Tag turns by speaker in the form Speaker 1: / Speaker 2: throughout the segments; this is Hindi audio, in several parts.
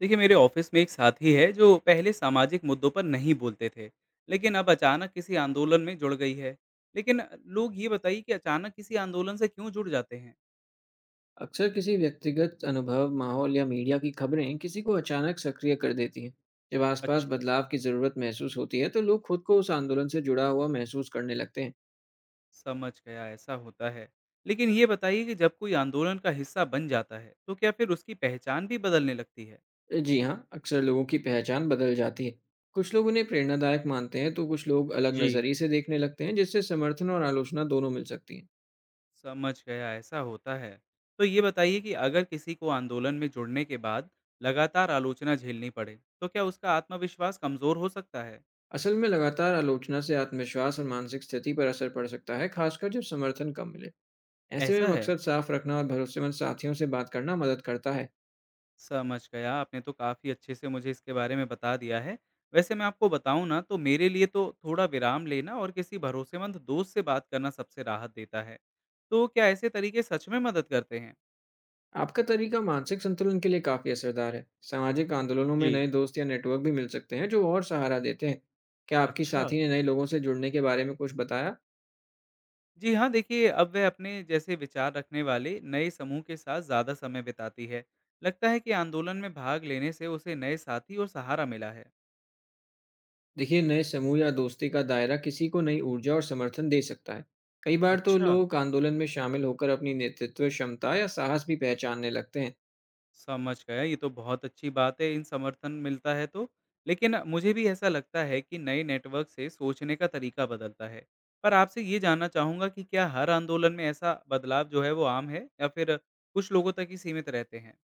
Speaker 1: देखिए मेरे ऑफिस में एक साथी है जो पहले सामाजिक मुद्दों पर नहीं बोलते थे। लेकिन अब अचानक किसी आंदोलन में जुड़ गई है। लेकिन लोग ये बताइए कि अचानक किसी आंदोलन से क्यों जुड़ जाते हैं।
Speaker 2: अक्सर किसी व्यक्तिगत अनुभव, माहौल या मीडिया की खबरें किसी को अचानक सक्रिय कर देती हैं। जब आसपास
Speaker 1: अच्छा,
Speaker 2: बदलाव की ज़रूरत महसूस होती है, तो लोग खुद को उस आंदोलन से जुड़ा हुआ महसूस करने लगते हैं।
Speaker 1: समझ गया, ऐसा होता है। लेकिन ये बताइए कि जब कोई आंदोलन का हिस्सा बन जाता है तो क्या फिर उसकी पहचान भी बदलने लगती है।
Speaker 2: जी हाँ, अक्सर लोगों की पहचान बदल जाती है। कुछ लोग उन्हें प्रेरणादायक मानते हैं, तो कुछ लोग अलग
Speaker 1: जी,
Speaker 2: नज़रिए से देखने लगते हैं, जिससे समर्थन और आलोचना दोनों मिल सकती हैं।
Speaker 1: समझ गया, ऐसा होता है। तो ये बताइए कि अगर किसी को आंदोलन में जुड़ने के बाद लगातार आलोचना झेलनी पड़े तो क्या उसका आत्मविश्वास कमजोर हो सकता है।
Speaker 2: असल में लगातार आलोचना से आत्मविश्वास और मानसिक स्थिति पर असर पड़ सकता है, खासकर जब समर्थन कम मिले। ऐसे
Speaker 1: ऐसा
Speaker 2: में
Speaker 1: है,
Speaker 2: मकसद साफ रखना और भरोसेमंद साथियों से बात करना मदद करता है।
Speaker 1: समझ गया। आपने तो काफ़ी अच्छे से मुझे इसके बारे में बता दिया है। वैसे मैं आपको बताऊँ ना, तो मेरे लिए तो थोड़ा विराम लेना और किसी भरोसेमंद दोस्त से बात करना सबसे राहत देता है। तो क्या ऐसे तरीके सच में मदद करते हैं?
Speaker 2: आपका तरीका मानसिक संतुलन के लिए काफी असरदार है। सामाजिक आंदोलनों में
Speaker 1: जी।
Speaker 2: नए दोस्त या नेटवर्क भी मिल सकते हैं जो और सहारा देते हैं। क्या आपकी
Speaker 1: अच्छा।
Speaker 2: साथी ने नए लोगों से जुड़ने के बारे में कुछ बताया?
Speaker 1: जी हाँ, देखिए अब वह अपने जैसे विचार रखने वाले नए समूह के साथ ज़्यादा समय बिताती है। लगता है कि आंदोलन में भाग लेने से उसे नए साथी और सहारा मिला है।
Speaker 2: देखिए, नए समूह या दोस्ती का दायरा किसी को नई ऊर्जा और समर्थन दे सकता है। कई बार तो
Speaker 1: अच्छा।
Speaker 2: लोग आंदोलन में शामिल होकर अपनी नेतृत्व क्षमता या साहस भी पहचानने लगते हैं।
Speaker 1: समझ गया, ये तो बहुत अच्छी बात है, इन समर्थन मिलता है तो। लेकिन मुझे भी ऐसा लगता है कि नए नेटवर्क से सोचने का तरीका बदलता है। पर आपसे ये जानना चाहूँगा कि क्या हर आंदोलन में ऐसा बदलाव जो है वो आम है या फिर कुछ लोगों तक ही सीमित रहते हैं?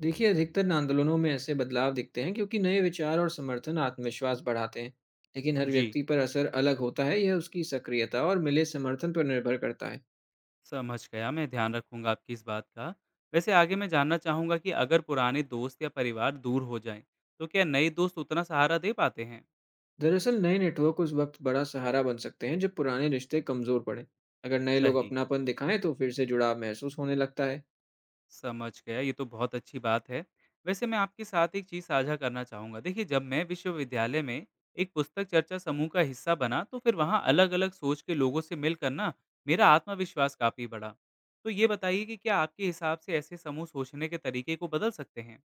Speaker 2: देखिए, अधिकतर आंदोलनों में ऐसे बदलाव दिखते हैं क्योंकि नए विचार और समर्थन आत्मविश्वास बढ़ाते हैं। लेकिन हर
Speaker 1: जी,
Speaker 2: व्यक्ति पर असर अलग होता है, यह उसकी सक्रियता और मिले समर्थन पर निर्भर करता है।
Speaker 1: समझ गया, मैं ध्यान रखूंगा आपकी इस बात का। वैसे आगे मैं जानना चाहूंगा कि अगर पुराने दोस्त या परिवार दूर हो जाएं, तो क्या नए दोस्त उतना सहारा दे पाते हैं?
Speaker 2: दरअसल नए नेटवर्क उस वक्त बड़ा सहारा बन सकते हैं जब पुराने रिश्ते कमजोर पड़े। अगर नए लोग
Speaker 1: सही।
Speaker 2: अपनापन दिखाएं तो फिर से जुड़ाव महसूस होने लगता है।
Speaker 1: समझ गया, ये तो बहुत अच्छी बात है। वैसे मैं आपके साथ एक चीज़ साझा करना चाहूँगा। देखिए, जब मैं विश्वविद्यालय में एक पुस्तक चर्चा समूह का हिस्सा बना, तो फिर वहाँ अलग-अलग सोच के लोगों से मिलकर ना, मेरा आत्मविश्वास काफ़ी बढ़ा। तो ये बताइए कि क्या आपके हिसाब से ऐसे समूह सोचने के तरीके को बदल सकते हैं?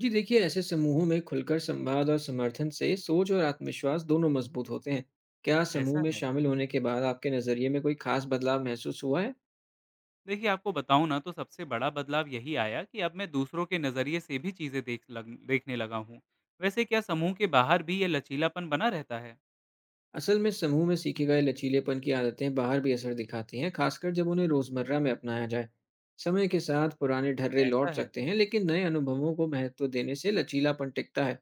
Speaker 2: जी, देखिए ऐसे समूहों में खुलकर संवाद और समर्थन से सोच और आत्मविश्वास दोनों मजबूत होते हैं। क्या समूह
Speaker 1: ऐसा
Speaker 2: में
Speaker 1: है?
Speaker 2: शामिल होने के बाद आपके नजरिए में कोई खास बदलाव महसूस हुआ है?
Speaker 1: देखिए, आपको बताऊँ ना, तो सबसे बड़ा बदलाव यही आया कि अब मैं दूसरों के नज़रिए से भी चीज़ें देखने लगा हूँ। वैसे क्या समूह के बाहर भी ये लचीलापन बना रहता है?
Speaker 2: असल में समूह में सीखे गए लचीलेपन की आदतें बाहर भी असर दिखाती हैं, खासकर जब उन्हें रोजमर्रा में अपनाया जाए। समय के साथ पुराने ढर्रे
Speaker 1: ऐसा
Speaker 2: लौट
Speaker 1: है?
Speaker 2: सकते हैं, लेकिन नए अनुभवों को महत्व देने से लचीलापन टिकता है।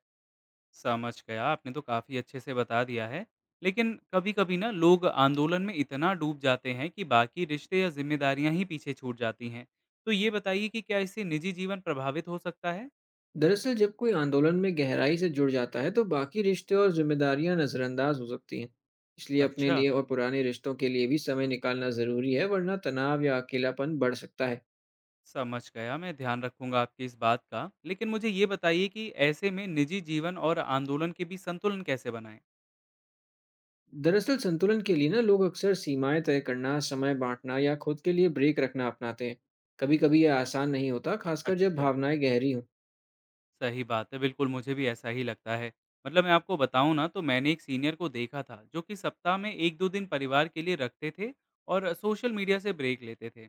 Speaker 1: समझ गया, आपने तो काफ़ी अच्छे से बता दिया है। लेकिन कभी-कभी ना लोग आंदोलन में इतना डूब जाते हैं कि बाकी रिश्ते या ज़िम्मेदारियाँ ही पीछे छूट जाती हैं। तो ये बताइए कि क्या इससे निजी जीवन प्रभावित हो सकता है?
Speaker 2: दरअसल जब कोई आंदोलन में गहराई से जुड़ जाता है तो बाकी रिश्ते और जिम्मेदारियां नजरअंदाज हो सकती हैं। इसलिए अपने
Speaker 1: अच्छा,
Speaker 2: लिए और पुराने रिश्तों के लिए भी समय निकालना जरूरी है, वरना तनाव या अकेलापन बढ़ सकता है।
Speaker 1: समझ गया, मैं ध्यान रखूँगा आपकी इस बात का। लेकिन मुझे ये बताइए कि ऐसे में निजी जीवन और आंदोलन के बीच संतुलन कैसे बनाएँ?
Speaker 2: दरअसल संतुलन के लिए ना लोग अक्सर सीमाएं तय करना, समय बांटना या खुद के लिए ब्रेक रखना अपनाते हैं। कभी कभी यह आसान नहीं होता, खासकर जब
Speaker 1: अच्छा।
Speaker 2: भावनाएं गहरी हों।
Speaker 1: सही बात है, बिल्कुल मुझे भी ऐसा ही लगता है। मतलब मैं आपको बताऊँ ना, तो मैंने एक सीनियर को देखा था जो कि सप्ताह में 1-2 दिन परिवार के लिए रखते थे और सोशल मीडिया से ब्रेक लेते थे।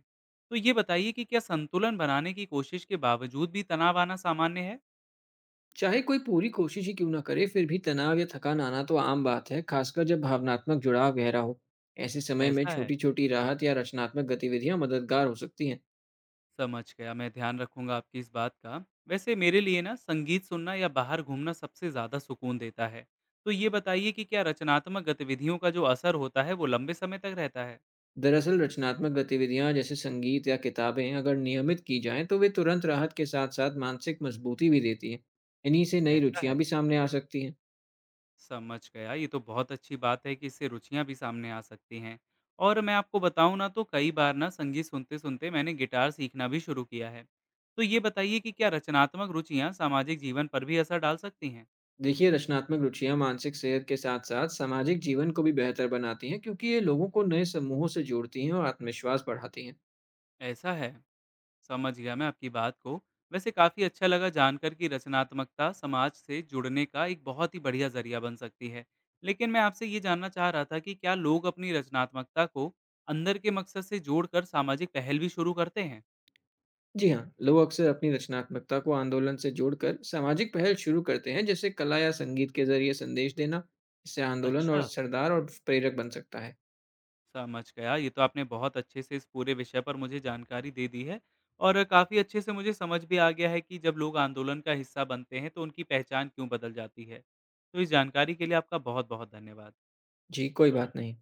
Speaker 1: तो ये बताइए कि क्या संतुलन बनाने की कोशिश के बावजूद भी तनाव आना सामान्य है?
Speaker 2: चाहे कोई पूरी कोशिश ही क्यों ना करे, फिर भी तनाव या थकान आना तो आम बात है, खासकर जब भावनात्मक जुड़ाव गहरा हो। ऐसे समय में
Speaker 1: ऐसा है,
Speaker 2: छोटी छोटी राहत या रचनात्मक गतिविधियां मददगार हो सकती हैं।
Speaker 1: समझ गया, मैं ध्यान रखूँगा आपकी इस बात का। वैसे मेरे लिए ना संगीत सुनना या बाहर घूमना सबसे ज़्यादा सुकून देता है। तो ये बताइए कि क्या रचनात्मक गतिविधियों का जो असर होता है वो लंबे समय तक रहता है?
Speaker 2: दरअसल रचनात्मक गतिविधियां जैसे संगीत या किताबें अगर नियमित की जाएं तो वे तुरंत राहत के साथ साथ मानसिक मजबूती भी देती हैं। इन्हीं से नई
Speaker 1: ऐसा है।
Speaker 2: रुचियां भी सामने आ सकती हैं।
Speaker 1: समझ गया। ये तो बहुत अच्छी बात है कि इससे रुचियाँ भी सामने आ सकती हैं। और मैं आपको बताऊँ ना, तो कई बार ना संगीत सुनते-सुनते मैंने गिटार सीखना भी शुरू किया है। तो ये बताइए कि क्या रचनात्मक रुचियाँ सामाजिक जीवन पर भी असर डाल सकती हैं?
Speaker 2: देखिए, रचनात्मक रुचियां मानसिक सेहत के साथ साथ सामाजिक जीवन को भी बेहतर बनाती हैं, क्योंकि ये लोगों को नए समूहों से जोड़ती हैं और आत्मविश्वास बढ़ाती हैं।
Speaker 1: ऐसा है, समझ गया मैं आपकी बात को। वैसे काफ़ी अच्छा लगा जानकर कि रचनात्मकता समाज से जुड़ने का एक बहुत ही बढ़िया ज़रिया बन सकती है। लेकिन मैं आपसे ये जानना चाह रहा था कि क्या लोग अपनी रचनात्मकता को अंदर के मकसद से जोड़कर सामाजिक पहल भी शुरू करते हैं?
Speaker 2: जी हाँ, लोग अक्सर अपनी रचनात्मकता को आंदोलन से जोड़कर सामाजिक पहल शुरू करते हैं, जैसे कला या संगीत के जरिए संदेश देना। इससे आंदोलन और
Speaker 1: अच्छा,
Speaker 2: सरदार और प्रेरक बन सकता है।
Speaker 1: समझ गया। ये तो आपने बहुत अच्छे से इस पूरे विषय पर मुझे जानकारी दे दी है और काफ़ी अच्छे से मुझे समझ भी आ गया है कि जब लोग आंदोलन का हिस्सा बनते हैं तो उनकी पहचान क्यों बदल जाती है। तो इस जानकारी के लिए आपका बहुत-बहुत धन्यवाद।
Speaker 2: जी, कोई बात नहीं।